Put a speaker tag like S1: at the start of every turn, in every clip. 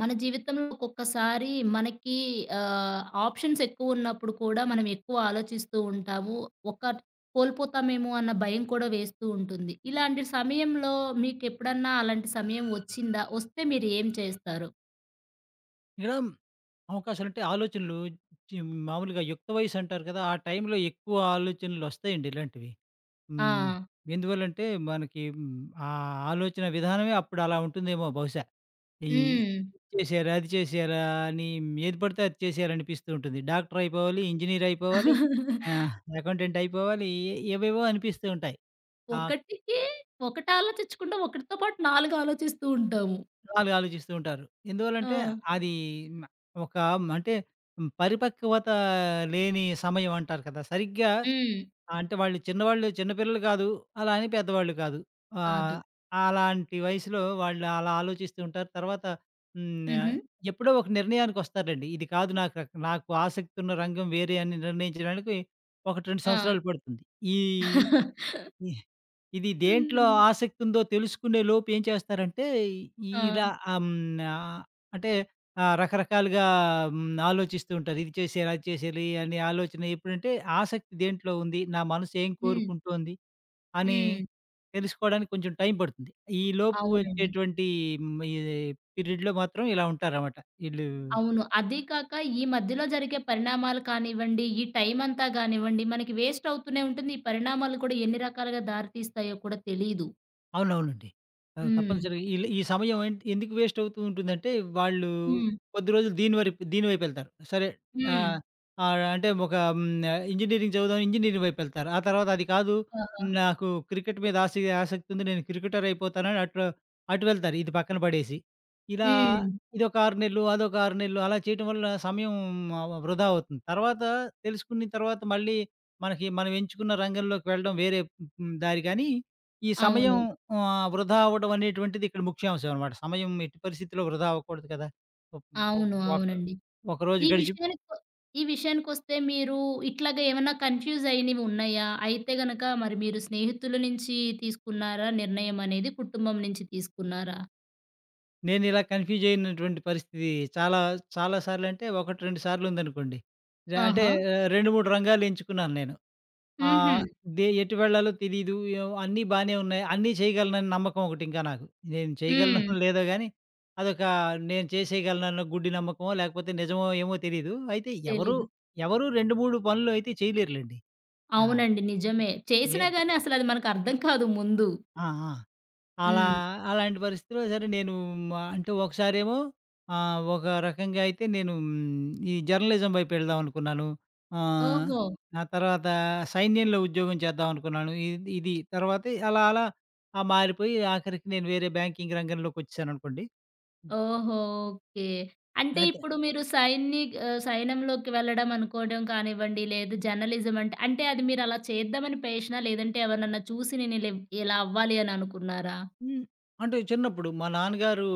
S1: మన జీవితంలో ఒక్కొక్కసారి మనకి ఆప్షన్స్ ఎక్కువున్నప్పుడు కూడా మనం ఎక్కువ ఆలోచిస్తూ ఉంటాము. ఒక కోల్పోతామేమో అన్న భయం కూడా వేస్తూ ఉంటుంది. ఇలాంటి సమయంలో మీకెప్పుడన్నా అలాంటి సమయం వచ్చిందా? వస్తే మీరు ఏం చేస్తారు?
S2: ఇక్కడ అవకాశాలంటే ఆలోచనలు చి మామూలుగా యుక్త వయసు అంటారు కదా! ఆ టైంలో ఎక్కువ ఆలోచనలొస్తాయండి ఇలాంటివి.
S1: ఆ!
S2: హ్మ్. ఎందువల్లంటే మనకి ఆ ఆలోచన విధానమే అప్పుడు అలా ఉంటుందేమో బహుశా. ఈ
S1: హ్మ్.
S2: ఇది చేశారా, అది చేశారా అని ఏది పడితే అది చేసేయాలనిపిస్తూ ఉంటుంది. డాక్టర్ అయిపోవాలి, ఇంజినీర్ అయిపోవాలి, ఆహ్, అకౌంటెంట్ అయిపోవాలి, ఏవేవో అనిపిస్తూ ఉంటాయి. ఆ
S1: ఒకటికి ఒకటి ఆలోచించకుండా ఒకటితో పాటు 4 ఆలోచిస్తూ ఉంటాము.
S2: అలాగే ఆలోచిస్తూ ఉంటారు.
S1: ఆ!
S2: ఎందువల్లంటే అది మ ఒక అంటే పరిపక్వత లేని సమయం అంటారు కదా! సరిగ్గా
S1: హ్మ్.
S2: అంటే వాళ్ళు చిన్నవాళ్ళు చిన్న పిల్లలు కాదు. అలా అని పెద్దవాళ్ళు కాదు.
S1: కాదు.
S2: ఆహ్, అలాంటి వయసులో వాళ్ళు అలా ఆలోచిస్తూ ఉంటారు. తర్వాత హ్మ్.
S1: హుహు.
S2: ఆహ్, ఎప్పుడో ఒక నిర్ణయానికొస్తారండి. ఇది కాదు నాకు ఆసక్తి ఉన్న రంగం వేరే అని నిర్ణయించడానికి 1, 2
S1: ఆ!
S2: సంవత్సరాలు పడుతుంది. ఈ ఇ ఇది దేంట్లో
S1: హ్మ్.
S2: ఆసక్తి ఉందో తెలుసుకునే లోపు ఏం చేస్తారంటే,
S1: ఆ!
S2: ఇలా ఆహ్, హ్మ్, ఆహ్, అంటే రకరకాలుగా ఆలోచిస్తూ ఉంటారు. ఇది చేసేయాలి, అది చేసేయాలి అనే ఆలోచన ఎప్పుడంటే ఆసక్తి దేంట్లో ఉంది, నా మనసు ఏం
S1: హ్మ్.
S2: కోరుకుంటోంది అని
S1: హ్మ్.
S2: తెలుసుకోవడానికి కొంచెం టైం పడుతుంది. ఈలోపు
S1: అవునండి.
S2: వచ్చేటువంటి హ్మ్, ఈ పీరియడ్‌లో మాత్రం ఇలా ఉంటారనమాట. ఈళ్ళు
S1: అవును. అదీ కాక ఈ మధ్యలో జరిగే పరిణామాలు కానివ్వండి, ఈ టైమంతా గానివ్వండి, మనకి వేస్ట్ అవుతూనే ఉంటుంది. ఈ పరిణామాలు కూడా ఎన్ని రకాలుగా దారి తీస్తాయో కూడా తెలీదు.
S2: అవునవునండి. అవును.
S1: హ్మ్.
S2: తప్పనిసరిగా ఈ సమయం ఎందుకు వేస్ట్ అవుతూ ఉంటుందంటే, వాళ్ళు
S1: హ్మ్.
S2: కొద్ది రోజులు దీని వైపెళ్తారు. సరే
S1: హ్మ్.
S2: ఆహ్, ఆహ్, అంటే ఒక హ్మ్. ఇంజినీరింగ్ చదువుదాం ఇంజినీరింగ్ వైపెళ్తారు. ఆ తర్వాత అది కాదు
S1: ఆహా!
S2: నాకు క్రికెట్ మీద ఆసక్తుంది. నేను క్రికెటర్ అయిపోతానని అటు అటు వెళ్తారు. ఇది పక్కన పడేసి. ఇలా
S1: హ్మ్.
S2: ఇదొక 6 నెలలు, అదొక 6 నెలలు అలా చేయటం వల్ల సమయం వృధా అవుతుంది. తర్వాత తెలుసుకున్న తర్వాత మళ్ళీ మనకి మనం ఎంచుకున్న రంగంలోకి వెళ్ళడం వేరే దారి కానీ ఈ సమయం
S1: అవును.
S2: వృధా అవ్వడం అనేటువంటిది ఇక్కడ ముఖ్యాంశం అనమాట. సమయం ఎట్టి పరిస్థితిలో వృధా అవ్వకూడదు కదా! ఒక్ ఒ
S1: అవును.
S2: ఒక
S1: అవునండి.
S2: ఒకరోజు
S1: ఈ
S2: గడిచి
S1: విషయానికొ ఈ విషయానికొస్తే మీరు ఇట్లాగ ఏమన్నా కన్‌ఫ్యూజ్ అయినవి ఉన్నాయా? అయితే గనక మరి మీరు స్నేహితుల నుంచి తీసుకున్నారా నిర్ణయం అనేది? కుటుంబం నుంచి తీసుకున్నారా?
S2: నేనిలా కన్‌ఫ్యూజ్ అయినటువంటి పరిస్థితి చాలా చాలా సార్లంటే 1, 2 సార్లుందనుకోండి. అంటే
S1: ఆహా!
S2: 2, 3 రంగాలు ఎంచుకున్నాను నేను.
S1: హుహు.
S2: ఆహ్, ఎటు వెళ్ళాలో తెలీదు. అన్నీ బానే ఉన్నాయి. అన్నీ చేయగలనని నమ్మకం ఒకటింకా నాకు. నేను చేయగలనో
S1: హ్మ్.
S2: లేదో గానీ, అదొక నేను చేసేయగలనన్న గుడ్డి నమ్మకమో, లేకపోతే నిజమో ఏమో తెలీదు. అయితే
S1: తెలీదు.
S2: ఎవరు 2, 3 పనులు అయితే చేయలేరులెండి. ఆ!
S1: అవునండి.
S2: ఎ
S1: నిజమే.
S2: ఏ
S1: చేసినా గాని అసలది మనకర్థం కాదు ముందు.
S2: ఆ! ఆ! అలా
S1: హ్మ్.
S2: అలాంటి పరిస్థితిలో సరే నేను అంటే ఒకసారేమో ఒక రకంగా అయితే నేను ఈ జర్నలిజం వైపు వెళ్దాం అనుకున్నాను. ఆహ్,
S1: ఓహో!
S2: ఆ తర్వాత సైన్యంలో ఉద్యోగం చేద్దాం అనుకున్నాను. ఇది ఇది తర్వాత అలా అలా మారిపోయి ఆఖరికి నేను వేరే బ్యాంకింగ్ రంగంలోకొచ్చేసాననుకోండి.
S1: ఓహో! ఓకే. అంటే
S2: అయితే
S1: ఇప్పుడు మీరు సైన్యంలోకి వెళ్ళడం అనుకోవడం కానివ్వండి, లేదు జర్నలిజం అంటే, అంటే అది మీరలా చేద్దామని పేషనా? లేదంటే ఎవరినన్నా చూసి ఇలా ఇలా అవ్వాలి అని అనుకున్నారా?
S2: హ్మ్. అంటే చిన్నప్పుడు మా నాన్నగారు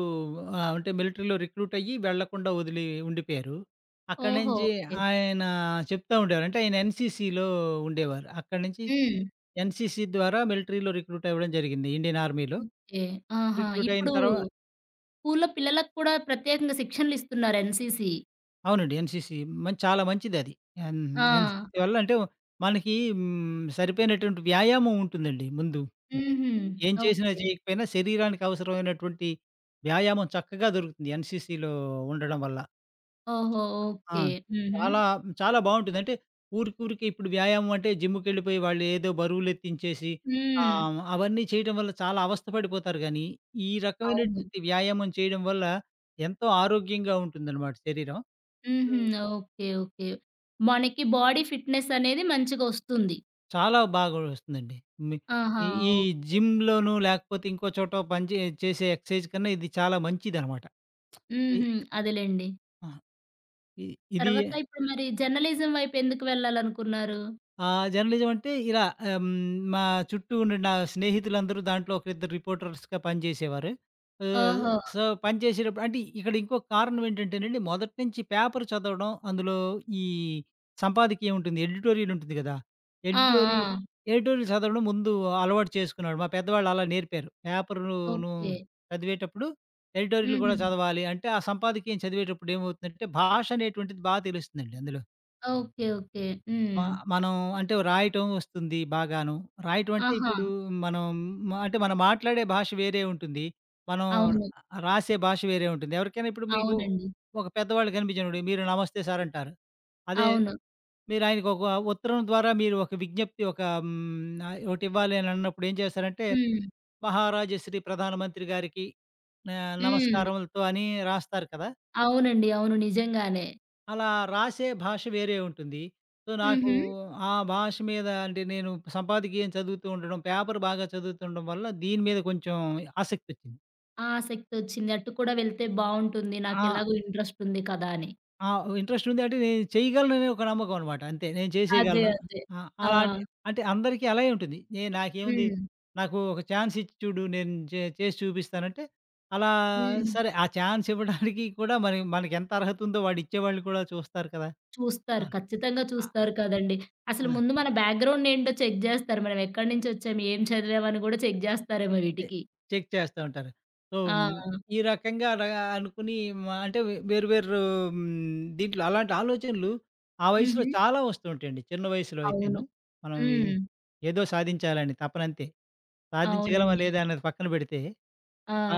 S2: అంటే మిలిటరీలో రిక్రూట్ అయ్యి వెళ్ళకుండా వదిలి ఉండిపోయారు. అక్కడి
S1: ఓహో!
S2: నుంచి
S1: ఓకే.
S2: ఆయన చెప్తా ఉండేవారు. అంటే ఆయన ఎన్‌సీసీలో ఉండేవారు. అక్కడి నుంచి
S1: హ్మ్.
S2: ఎన్‌సీసీ ద్వారా మిలిటరీలో రిక్రూట్ అవ్వడం జరిగింది. ఇండియన్ ఆర్మీలో.
S1: ఓకే. ఆహా!
S2: రిక్రూట్ అయిన
S1: ఇప్పుడు
S2: తర్వా
S1: స్కూల్లో పిల్లలకు కూడా ప్రత్యేకంగా శిక్షణలిస్తున్నారు ఎన్‌సీసీ.
S2: అవునండి. ఎన్‌సీసీ చాలా మంచిదది. ఎన్
S1: ఆ!
S2: ఎన్‌సీసీ వల్ల అంటే మనకి సరిపోయినటువంటి వ్యాయామం ఉంటుందండి ముందు.
S1: హుహు.
S2: ఏం చేసినా
S1: ఓకే.
S2: చేయకపోయినా శరీరానికి అవసరమైనటువంటి వ్యాయామం చక్కగా దొరుకుతుంది ఎన్‌సీసీలో ఉండడం వల్ల. చ
S1: ఓహో!
S2: ఆ!
S1: ఓకే. హుహు.
S2: చాలా చాలా బావుంటుంది. అంటే ఊరికూరికే ఇప్పుడు వ్యాయామం అంటే జిమ్‌కెళ్ళిపోయి వాళ్ళు ఏదో బరువులెత్తించేసి
S1: హ్మ్.
S2: అవన్నీ చేయటం వల్ల చాలా అవస్థ పడిపోతారు గానీ, ఈ
S1: అవును.
S2: రకమైనటువంటి వ్యాయామం చేయడం వల్ల ఎంతో ఆరోగ్యంగా ఉంటుందనమాట శరీరం.
S1: హుహు.
S2: హ్మ్.
S1: ఓకే. ఓకే. మనకి బాడీ ఫిట్‌నెస్ అనేది మంచిగా వస్తుంది.
S2: చాలా బాగా వస్తుందండి. మీ
S1: ఆహా!
S2: ఈ ఈ
S1: ఓ
S2: జిమ్‌లోనూ లేకపోతే ఇంకో చోట పని చే చేసే ఎక్సర్‌సైజ్ కన్నా ఇది చాలా మంచిదనమాట. ఇ
S1: హుహు. అదేలెండి.
S2: ఆ! ఇ ఇది
S1: తర్వాత ఇప్పుడు మరి జర్నలిజం వైపు ఎందుకు వెళ్ళాలనుకున్నారు?
S2: ఆ! జర్నలిజం అంటే ఇలా ఆహ్, హ్మ్, మా చుట్టూ ఉన్న నా స్నేహితులందరూ దాంట్లో ఒకరిద్దరు రిపోర్టర్స్‌గా పనిచేసేవారు. ఆహ్,
S1: ఓహో!
S2: సో, పనిచేసేటప్పుడు అంటే ఇక్కడ ఇంకో కారణం ఏంటంటేనండి, మొదటి నుంచి పేపర్ చదవడం, అందులో ఈ సంపాదకీయం ఉంటుంది. ఎడిటోరియల్ ఉంటుంది కదా!
S1: ఆ!
S2: ఎడిటోరి
S1: ఆ!
S2: ఎడిటోరియల్ చదవడం ముందు అలవాటు చేసుకున్నాడు. మా పెద్దవాళ్ళు అలా నేర్పారు. పేపర్‌ను ను
S1: ఓకే.
S2: చదివేటప్పుడు ఎడిటోరియల్ కూడా
S1: హుహు.
S2: చదవాలి. అంటే ఆ సంపాదకీయం చదివేటప్పుడు ఏమవుతుందంటే భాష అనేటువంటిది తెలుస్తుందండి అందులో.
S1: ఓకే. ఓకే.
S2: మ
S1: హ్మ్.
S2: మనం అంటే రాయటం వస్తుంది బాగాను. రాయటం అంటే
S1: ఆహా!
S2: ఇప్పుడు మనం అంటే మనం మాట్లాడే భాష వేరే ఉంటుంది. మనం
S1: అవును.
S2: రాసే భాష వేరే ఉంటుంది. ఎవరికైనా ఇప్పుడు మీకు
S1: అవునండి.
S2: ఒక పెద్దవాళ్ళు కనిపించినప్పుడు మీరు నమస్తే సార్ అంటారు. అదే
S1: అవును.
S2: మీరు ఆయనకు ఒక ఉత్తరం ద్వారా మీరు ఒక విజ్ఞప్తి ఒక ఒకటివ్వాలి అని అన్నప్పుడు ఏం చేస్తారంటే,
S1: హ్మ్.
S2: మహారాజశ్రీ ప్రధానమంత్రి గారికి
S1: హ్మ్.
S2: నమస్కారములతో అని రాస్తారు కదా!
S1: అవునండి. అవును. నిజంగానే.
S2: అలా రాసే భాష వేరే ఉంటుంది. సో, నాకు
S1: హుహు.
S2: ఆ భాష మీద అంటే నేను సంపాదకీయం చదువుతూ ఉండడం, పేపర్ బాగా చదువుతుండడం వల్ల దీని మీద కొంచెం ఆసక్తొచ్చింది.
S1: ఆసక్తొచ్చింది. అటు కూడా వెళ్తే బావుంటుంది.
S2: ఆ!
S1: నాకెలాగో ఇంట్రెస్ట్ ఉంది కదా! అని.
S2: ఆ! ఇంట్రెస్ట్ ఉంది అంటే నేను చేయగలననే ఒక నమ్మకం అనమాట. అంతే నేను
S1: అదే.
S2: చేసేయగలను.
S1: అదే.
S2: ఆ!
S1: ఆ!
S2: అలాంటి అంటే అందరికీ అలాగే ఉంటుంది. నాకేముంది
S1: హ్మ్.
S2: నాకు ఒక ఛాన్స్ ఇచ్చి చూడు నేను చేసి చూపిస్తానంటే, అలా
S1: హ్మ్.
S2: సరే ఆ ఛాన్స్ ఇవ్వడానికి కూడా మరి మనకెంత అర్హత ఉందో వాడిచ్చేవాళ్ళు కూడా చూస్తారు కదా! ఆ!
S1: చూస్తారు. ఖచ్చితంగా
S2: ఆ!
S1: చూస్తారు కదండీ. అసలు
S2: ఆ!
S1: ముందు మన బ్యాక్‌గ్రౌండ్ ఏంటో చెక్ జేస్తారు. మనం ఎక్కడి నుంచి వచ్చాం, ఏం చదివామని గూడా చెక్ జేస్తారేమో
S2: చె
S1: వీటికి.
S2: చెక్ చేస్తా ఉంటారు. సో,
S1: ఆ!
S2: మ్, ఈ రకంగా అనుకుని అంటే వేరు వేరు హ్మ్, దీంట్లో అలాంటి ఆలోచనలు ఆ వయసులో
S1: హుహు.
S2: చాలా వస్తూ ఉంటాయండి. చిన్న వయసులో
S1: అవును.
S2: అయితేను. మనం ఇది
S1: హ్మ్.
S2: ఏదో సాధించాలని తపనంతే. సాధించగలమా
S1: అవునండి.
S2: లేదా అన్నది పక్కన పెడితే
S1: ఆ!
S2: ఆ!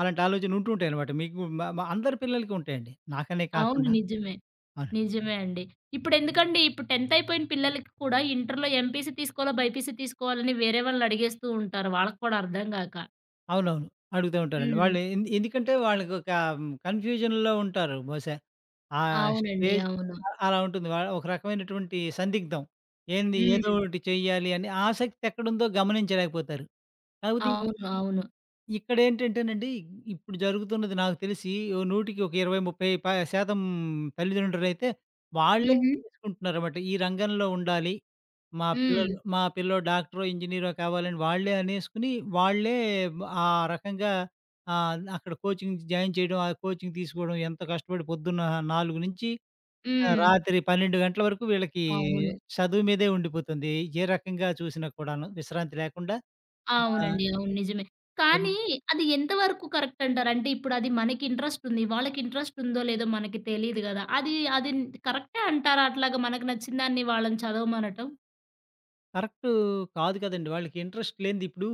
S2: అలాంటి ఆలోచన ఉంటూ ఉంటాయన్నమాట. మీకు మ మ అందరి పిల్లలకి ఉంటాయండి. నాకనే
S1: అవును.
S2: కాకుండా
S1: నిజమే.
S2: ఆ!
S1: నిజమే అండి. ఇప్పుడెందుకండి ఇప్పుడు 10థ్ అయిపోయిన పిల్లలకి కూడా ఇంటర్‌లో ఎంపీసీ తీసుకోవాలా? బైపీసీ తీసుకోవాలని వేరే వాళ్ళని అడిగేస్తూ ఉంటారు. వాళ్ళకి కూడా అర్థం గాక.
S2: అవునవును. అడుగుతా ఉంటారండి.
S1: హ్మ్.
S2: వాళ్ళు ఎందుకంటే వాళ్ళకొక కన్‌ఫ్యూజన్‌లో ఉంటారు బహుశా. ఆ
S1: అవునండి.
S2: స్టేజ్
S1: అవును.
S2: అలా ఉంటుంది. ఒక రకమైనటువంటి సందిగ్ధం. ఏదో
S1: హ్మ్.
S2: ఒకటి చెయ్యాలి అని ఆసక్తి ఎక్కడుందో గమనించలేకపోతారు. కాకపోతే
S1: అవును. అవును.
S2: ఇక్కడేంటంటేనండి, ఇప్పుడు జరుగుతున్నది నాకు తెలిసి ఓ నూటికి ఒక 20, 30 శాతం తల్లిదండ్రులైతే వాళ్ళే
S1: హుహు.
S2: చేసుకుంటున్నారన్నమాట. ఈ రంగంలో ఉండాలి. మా
S1: హ్మ్.
S2: పిల్లలు మా పిల్లోడు డాక్టరో, ఇంజినీరో కావాలని వాళ్ళే అనేసుకొని, వాళ్ళే ఆ రకంగా అక్కడ కోచింగ్ జాయిన్ చేయడం, ఆ కోచింగ్ తీసుకోవడం ఎంత కష్టపడి పొద్దున్న 4 నుంచి
S1: హ్మ్.
S2: రాత్రి 12 గంటల వరకు వీళ్ళకి
S1: అవును.
S2: చదువు మీదే ఉండిపోతుంది. ఏ రకంగా చూసినా కూడాను విశ్రాంతి లేకుండా.
S1: అవునండి. అవును. నిజమే.
S2: ఆహ్
S1: కానీ అది ఎంతవరకు కరెక్ట్ అంటారు? అంటే ఇప్పుడది మనకి ఇంట్రెస్ట్ ఉంది. వాళ్ళకి ఇంట్రెస్ట్ ఉందో లేదో మనకి తెలీదు గదా! అది అది కరెక్టే అంటారా? అట్లాగా మనకు నచ్చిన దాన్ని వాళ్ళని చదవమనటం?
S2: కరెక్ట్ కాదు కదండీ! వాళ్ళకి ఇంట్రెస్ట్ లేనిది ఇప్పుడు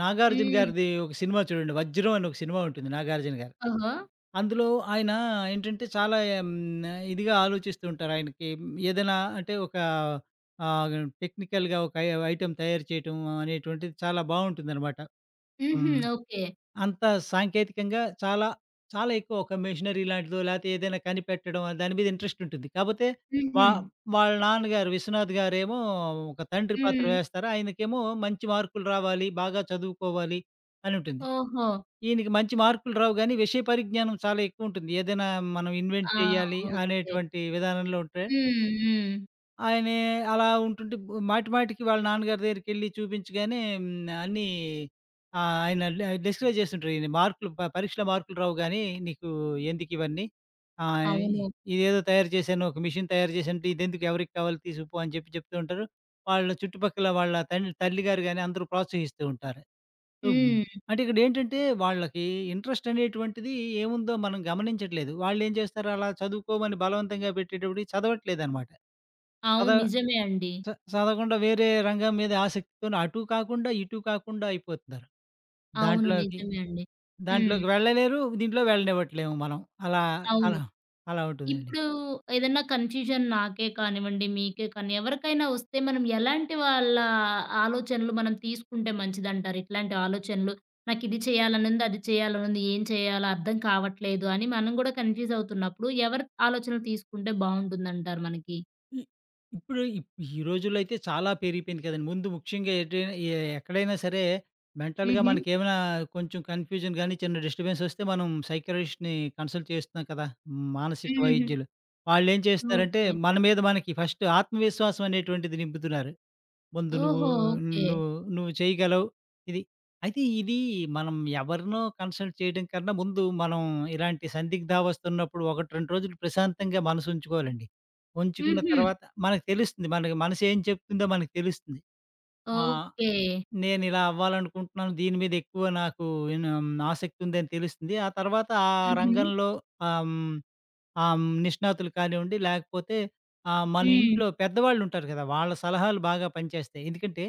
S2: 'నాగార్జున'
S1: హ్మ్.
S2: గారిది ఒక సినిమా చూడండి 'వజ్రం' అని ఒక సినిమా ఉంటుంది 'నాగార్జున' గారి.
S1: ఓహో!
S2: అందులో ఆయన ఏంటంటే చాలా ఇదిగా ఆలోచిస్తూ ఉంటారు. ఆయనకి ఏదైనా అంటే ఒక ఆహ్, టెక్నికల్‌గా ఒక ఐటెమ్ తయారు చేయటం అనేటువంటిది చాలా బావుంటుందనమాట.
S1: హుహు.
S2: హ్మ్.
S1: ఓకే.
S2: అంత సాంకేతికంగా చాలా ఎక్కువ ఒక మెషినరీ లాంటిదో, లేతే ఏదైనా కనిపెట్టడం అది దాని మీద ఇంట్రెస్ట్ ఉంటుంది. కాపోతే
S1: హుహు.
S2: వా వాళ్ళ నాన్నగారు విశ్వనాథ్ గారేమో ఒక తండ్రి పాత్ర
S1: హ్మ్.
S2: వేస్తారు. ఆయనకేమో మంచి మార్కులు రావాలి, బాగా చదువుకోవాలి అని ఉంటుంది.
S1: ఓహో!
S2: ఈయనకి మంచి మార్కులు రావు గానీ, విషయ పరిజ్ఞానం చాలా ఎక్కువ ఉంటుంది. ఏదైనా మనం
S1: ఆ!
S2: ఇన్వెంట్ చేయాలి
S1: ఓకే.
S2: అనేటువంటి విధానంలో ఉంటే
S1: హ్మ్. హ్మ్.
S2: ఆయనే అలా ఉంటుంటే మాటికి వాళ్ళ నాన్నగారి దగ్గరికెళ్ళి చూపించగానే హ్మ్. అన్నీ ఆయన డిస్కరేజ్ చేస్తుంటారు. ఈయన మార్కులు పరీక్షలో మార్కులు రావు గానీ, నీకు ఎందుకివన్నీ? ఆహ్,
S1: అవును.
S2: ఇదేదో తయారు చేశాను, ఒక మిషన్ తయారు చేశానంటే, ఇదెందుకు ఎవరికి కావాలి తీసుకుపో అని చెప్తూ ఉంటారు. వాళ్ళ చుట్టుపక్కల వాళ్ళ తల్లిగారు గాని అందరూ ప్రోత్సహిస్తూ ఉంటారు. సో, హ్మ్.
S1: హ్మ్.
S2: అంటే ఇక్కడేంటంటే వాళ్ళకి ఇంట్రెస్ట్ అనేటువంటిది ఏముందో మనం గమనించట్లేదు. వాళ్ళేం చేస్తారు అలా చదువుకోమని బలవంతంగా పెట్టేటప్పటికి చదవట్లేదనమాట. చద
S1: అవును. నిజమే అండి.
S2: చ చదవకుండా వేరే రంగం మీద ఆసక్తితోని అటూ కాకుండా, ఇటూ కాకుండా అయిపోతున్నారు.
S1: అవును.
S2: దాంట్లోకి
S1: నిజమే అండి. హ్మ్.
S2: దాంట్లోకి వెళ్ళలేరు. దీంట్లో వెళ్ళనివ్వట్లేము మనం. అలా
S1: అవును.
S2: అలా అలా ఉంటుందండి.
S1: ఇప్పుడు ఏదన్నా కన్‌ఫ్యూజన్ నాకే కానివ్వండి, మీకే కానీ ఎవరికైనా వస్తే మనం ఎలాంటి వాళ్ళ ఆలోచనలు మనం తీసుకుంటే మంచిదంటారు? ఇట్లాంటి ఆలోచనలు నాకిది చేయాలనుంది, అది చేయాలనుంది, ఏం చేయాలో అర్థం కావట్లేదు అని మనం గూడా కన్‌ఫ్యూజ్ అవుతున్నప్పుడు ఎవరి ఆలోచనలు తీసుకుంటే బావుంటుందంటారు మనకి?
S2: ఇ ఇప్పుడు ఇప్ ఈ రోజుల్లో అయితే చాలా పెరిగిపోయింది కదండీ. ముందు ముఖ్యంగా ఎటైనా ఎ ఎక్కడైనా సరే మెంటల్‌గా
S1: హుహు.
S2: మనకేమైనా కొంచెం కన్‌ఫ్యూజన్ గాని, చిన్న డిస్టర్బెన్స్ వస్తే మనం సైకాలజిస్ట్‌ని కన్సల్ట్ చేస్తున్నాం కదా! మానసిక
S1: హుహు.
S2: వైద్యులు. వాళ్ళేం చేస్తున్నారంటే,
S1: ఓకే.
S2: మన మీద మనకి ఫస్ట్ ఆత్మవిశ్వాసం అనేటువంటిది నింపుతున్నారు. ముందు నువ్వు
S1: ఓహో! ఓకే.
S2: నువ్వు నువ్వు చేయగలవు. ఇది. అయితే ఇది మనం ఎవరినో కన్సల్ట్ చేయడం కన్నా ముందు మనం ఇలాంటి సందిగ్ధావస్తున్నప్పుడు 1, 2 రోజులు ప్రశాంతంగా మనసుంచుకోవాలండి. ఉంచుకున్న
S1: హుహు.
S2: తర్వాత మనకు తెలుస్తుంది. మనకి మనసు ఏం చెప్తుందో మనకు తెలుస్తుంది. ఆ!
S1: ఓకే.
S2: నేనిలా అవ్వాలనుకుంటున్నాను. దీని మీద ఎక్కువ నాకు ఇన్ ఆసక్తి ఉందని తెలుస్తుంది. ఆ తర్వాత ఆ
S1: హుహు.
S2: రంగంలో ఆహ్, హ్మ్. ఆ! హ్మ్. నిష్ణాతులు కానివ్వండి, లేకపోతే మన
S1: హ్మ్.
S2: ఇంట్లో పెద్దవాళ్ళుంటారు కదా! వాళ్ళ సలహాలు బాగా పనిచేస్తాయి. ఎందుకంటే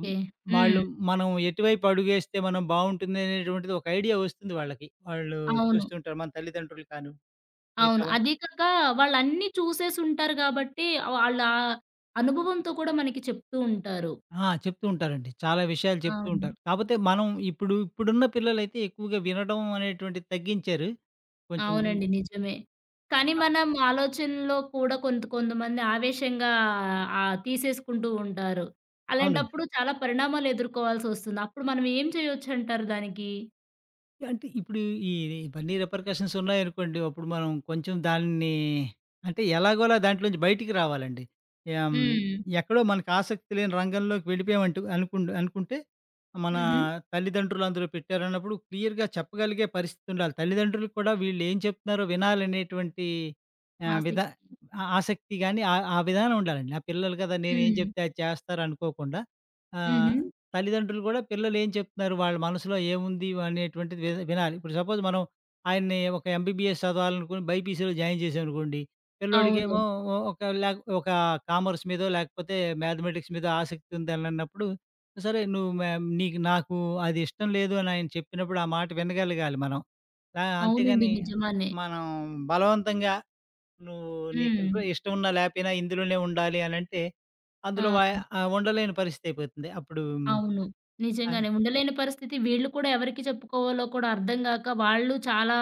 S2: హ్మ్.
S1: హ్మ్.
S2: వాళ్ళు మనం ఎటువైపు అడుగేస్తే మనం బావుంటుంది అనేటువంటిది ఒక ఐడియా వస్తుంది వాళ్ళకి. వాళ్ళు
S1: అవును.
S2: చూస్తుంటారు. మన తల్లిదండ్రులు కాను మిగతా
S1: అవును.
S2: వాళ్ళు
S1: అదీ కాక వాళ్ళన్నీ చూసేసుంటారు గాబట్టి, వాళ్ళ అనుభవంతో కూడా మనకి చెప్తూ ఉంటారు.
S2: ఆ! చెప్తూ ఉంటారండి. చాలా విషయాలు చెప్తూ ఉంటారు.
S1: అవును.
S2: కాపోతే మనం ఇప్పుడున్న పిల్లలైతే ఎక్కువగా వినడం అనేటువంటిది తగ్గించారు. కొంచెం
S1: అవునండి. నిజమే. కానీ
S2: ఆ!
S1: మనం ఆలోచనలో కూడా కొంత కొంతమంది ఆవేశంగా తీసేసుకుంటూ ఉంటారు.
S2: అవును.
S1: అలాంటప్పుడు చాలా పరిణామాలు ఎదుర్కోవాల్సొస్తుంది. అప్పుడు మనం ఏం చేయొచ్చంటారు దానికి?
S2: అంటే ఇప్పుడు ఈ ఇవన్నీ రిపర్కషన్స్ ఉన్నాయనుకోండి. అప్పుడు మనం కొంచెం దాన్ని అంటే ఎలాగోలా దాంట్లోంచి బయటికి రావాలండి. యాహ్!
S1: హ్మ్.
S2: ఎక్కడో మనకు ఆసక్తి లేని రంగంలోకి వెళ్ళిపోయామంటూ అనుకుంటే మన
S1: హుహు.
S2: తల్లిదండ్రులు అందులో పెట్టారన్నప్పుడు క్లియర్‌గా చెప్పగలిగే పరిస్థితి ఉండాలి. తల్లిదండ్రులు కూడా వీళ్ళు ఏం చెప్తున్నారో వినాలనేటువంటి ఆహ్,
S1: ఆసక్తి.
S2: విధా ఆ ఆసక్తి గాని, ఆ ఆ విధానం ఉండాలండి. నా పిల్లలు కదా! నేనేం
S1: హ్మ్.
S2: చెప్తే అది చేస్తారు అనుకోకుండా. ఆ!
S1: హుహు.
S2: తల్లిదండ్రులు కూడా పిల్లలు ఏం చెప్తున్నారు, వాళ్ళ మనసులో ఏముంది అనేటువంటిది వినాలి. ఇప్పుడు సపోజ్ మనం ఆయన్ని ఒక ఎంబీబీఎస్ చదవాలనుకుని బైపీసీలో జాయిన్ చేశామనుకోండి,
S1: అవును.
S2: పిల్లోడికేమో ఒ ఒక లేక ఒక కామర్స్ మీదో లేకపోతే మ్యాథమెటిక్స్ మీదో ఆసక్తి ఉందనన్నప్పుడు, సరే నువ్వు మే నీకు నాకు అది ఇష్టం లేదు అని ఆయన చెప్పినప్పుడు ఆ మాట వినగలగాలి మనం. ఆ!
S1: అవునండి.
S2: అంతేగాని
S1: నిజమానే.
S2: మనం బలవంతంగా నువ్వు నీకు
S1: హ్మ్.
S2: ఇంట్రె ఇష్టం ఉన్నా లేపోయినా ఇందులోనే ఉండాలి అనంటే, అందులో
S1: ఆ!
S2: వా ఆహ్, ఉండలేని పరిస్థితి అయిపోతుంది. అప్పుడు
S1: అవును.
S2: ఆ!
S1: నిజంగానే. ఉండలేని పరిస్థితి. వీళ్ళు కూడా ఎవరికి చెప్పుకోవాలో కూడా అర్థం గాక, వాళ్ళు చాలా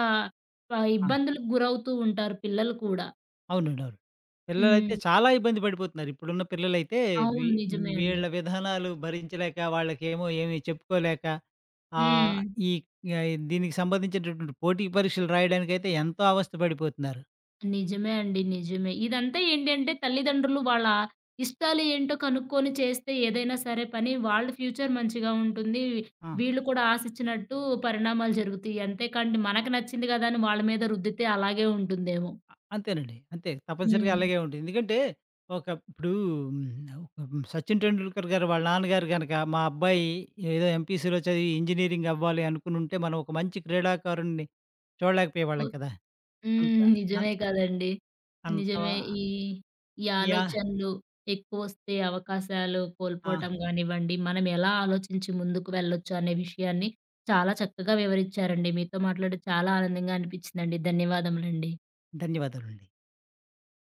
S2: ఆ!
S1: ఇబ్బందులకు గురవుతూ ఉంటారు పిల్లలు కూడా.
S2: అవునండి. అవును. పిల్లలైతే
S1: హ్మ్.
S2: చాలా ఇబ్బంది పడిపోతున్నారు. ఇప్పుడున్న పిల్లలైతే వీ
S1: అవును. నిజమే అండి.
S2: వీళ్ళ విధానాలు భరించలేక, వాళ్ళకేమో ఏమి చెప్పుకోలేక, ఆహ్,
S1: హ్మ్.
S2: ఈ దీనికి సంబంధించినటువంటి పోటీ పరీక్షలు రాయడానికైతే ఎంతో అవస్థ పడిపోతున్నారు.
S1: నిజమే అండి. నిజమే. ఇదంతా ఏంటంటే తల్లిదండ్రులు వాళ్ళ ఇష్టాలు ఏంటో కనుక్కొని చేస్తే ఏదైనా సరే పని, వాళ్ళ ఫ్యూచర్ మంచిగా ఉంటుంది.
S2: ఆ!
S1: వీళ్ళు కూడా ఆశించినట్టు పరిణామాలు జరుగుతాయి. అంతేకాండి మనకు నచ్చింది గదా! అని వాళ్ళ మీద రుద్దితే అలాగే ఉంటుందేమో.
S2: అంతేనండి. అంతే తప్పనిసరిగా
S1: హ్మ్.
S2: అలాగే ఉంటుంది. ఎందుకంటే ఒక ఇప్పుడు 'సచిన్ టెండూల్కర్' గారు వాళ్ళ నాన్నగారు గనక మా అబ్బాయి ఏదో ఎంపీసీలో చదివి ఇంజినీరింగ్ అవ్వాలి అనుకునుంటే, మనం ఒక మంచి క్రీడాకారుడిని చూడలేకపోయేవాళ్ళం కదా! అంత
S1: హ్మ్.
S2: అం
S1: నిజమే కదండీ.
S2: అంత
S1: నిజమే. ఈ, ఈ
S2: యా
S1: ఆలోచనలు ఎక్కువొస్తే అవకాశాలు
S2: ఆ!
S1: కోల్పోవటం గానివ్వండి, మనం ఎలా ఆలోచించి ముందుకు వెళ్ళొచ్చు అనే విషయాన్ని చాలా చక్కగా వివరిచ్చారండి. మీతో మాట్లాడి చాలా ఆనందంగా అనిపించిందండి. ధన్యవాదములండి.
S2: ధన్యవాదాలండి.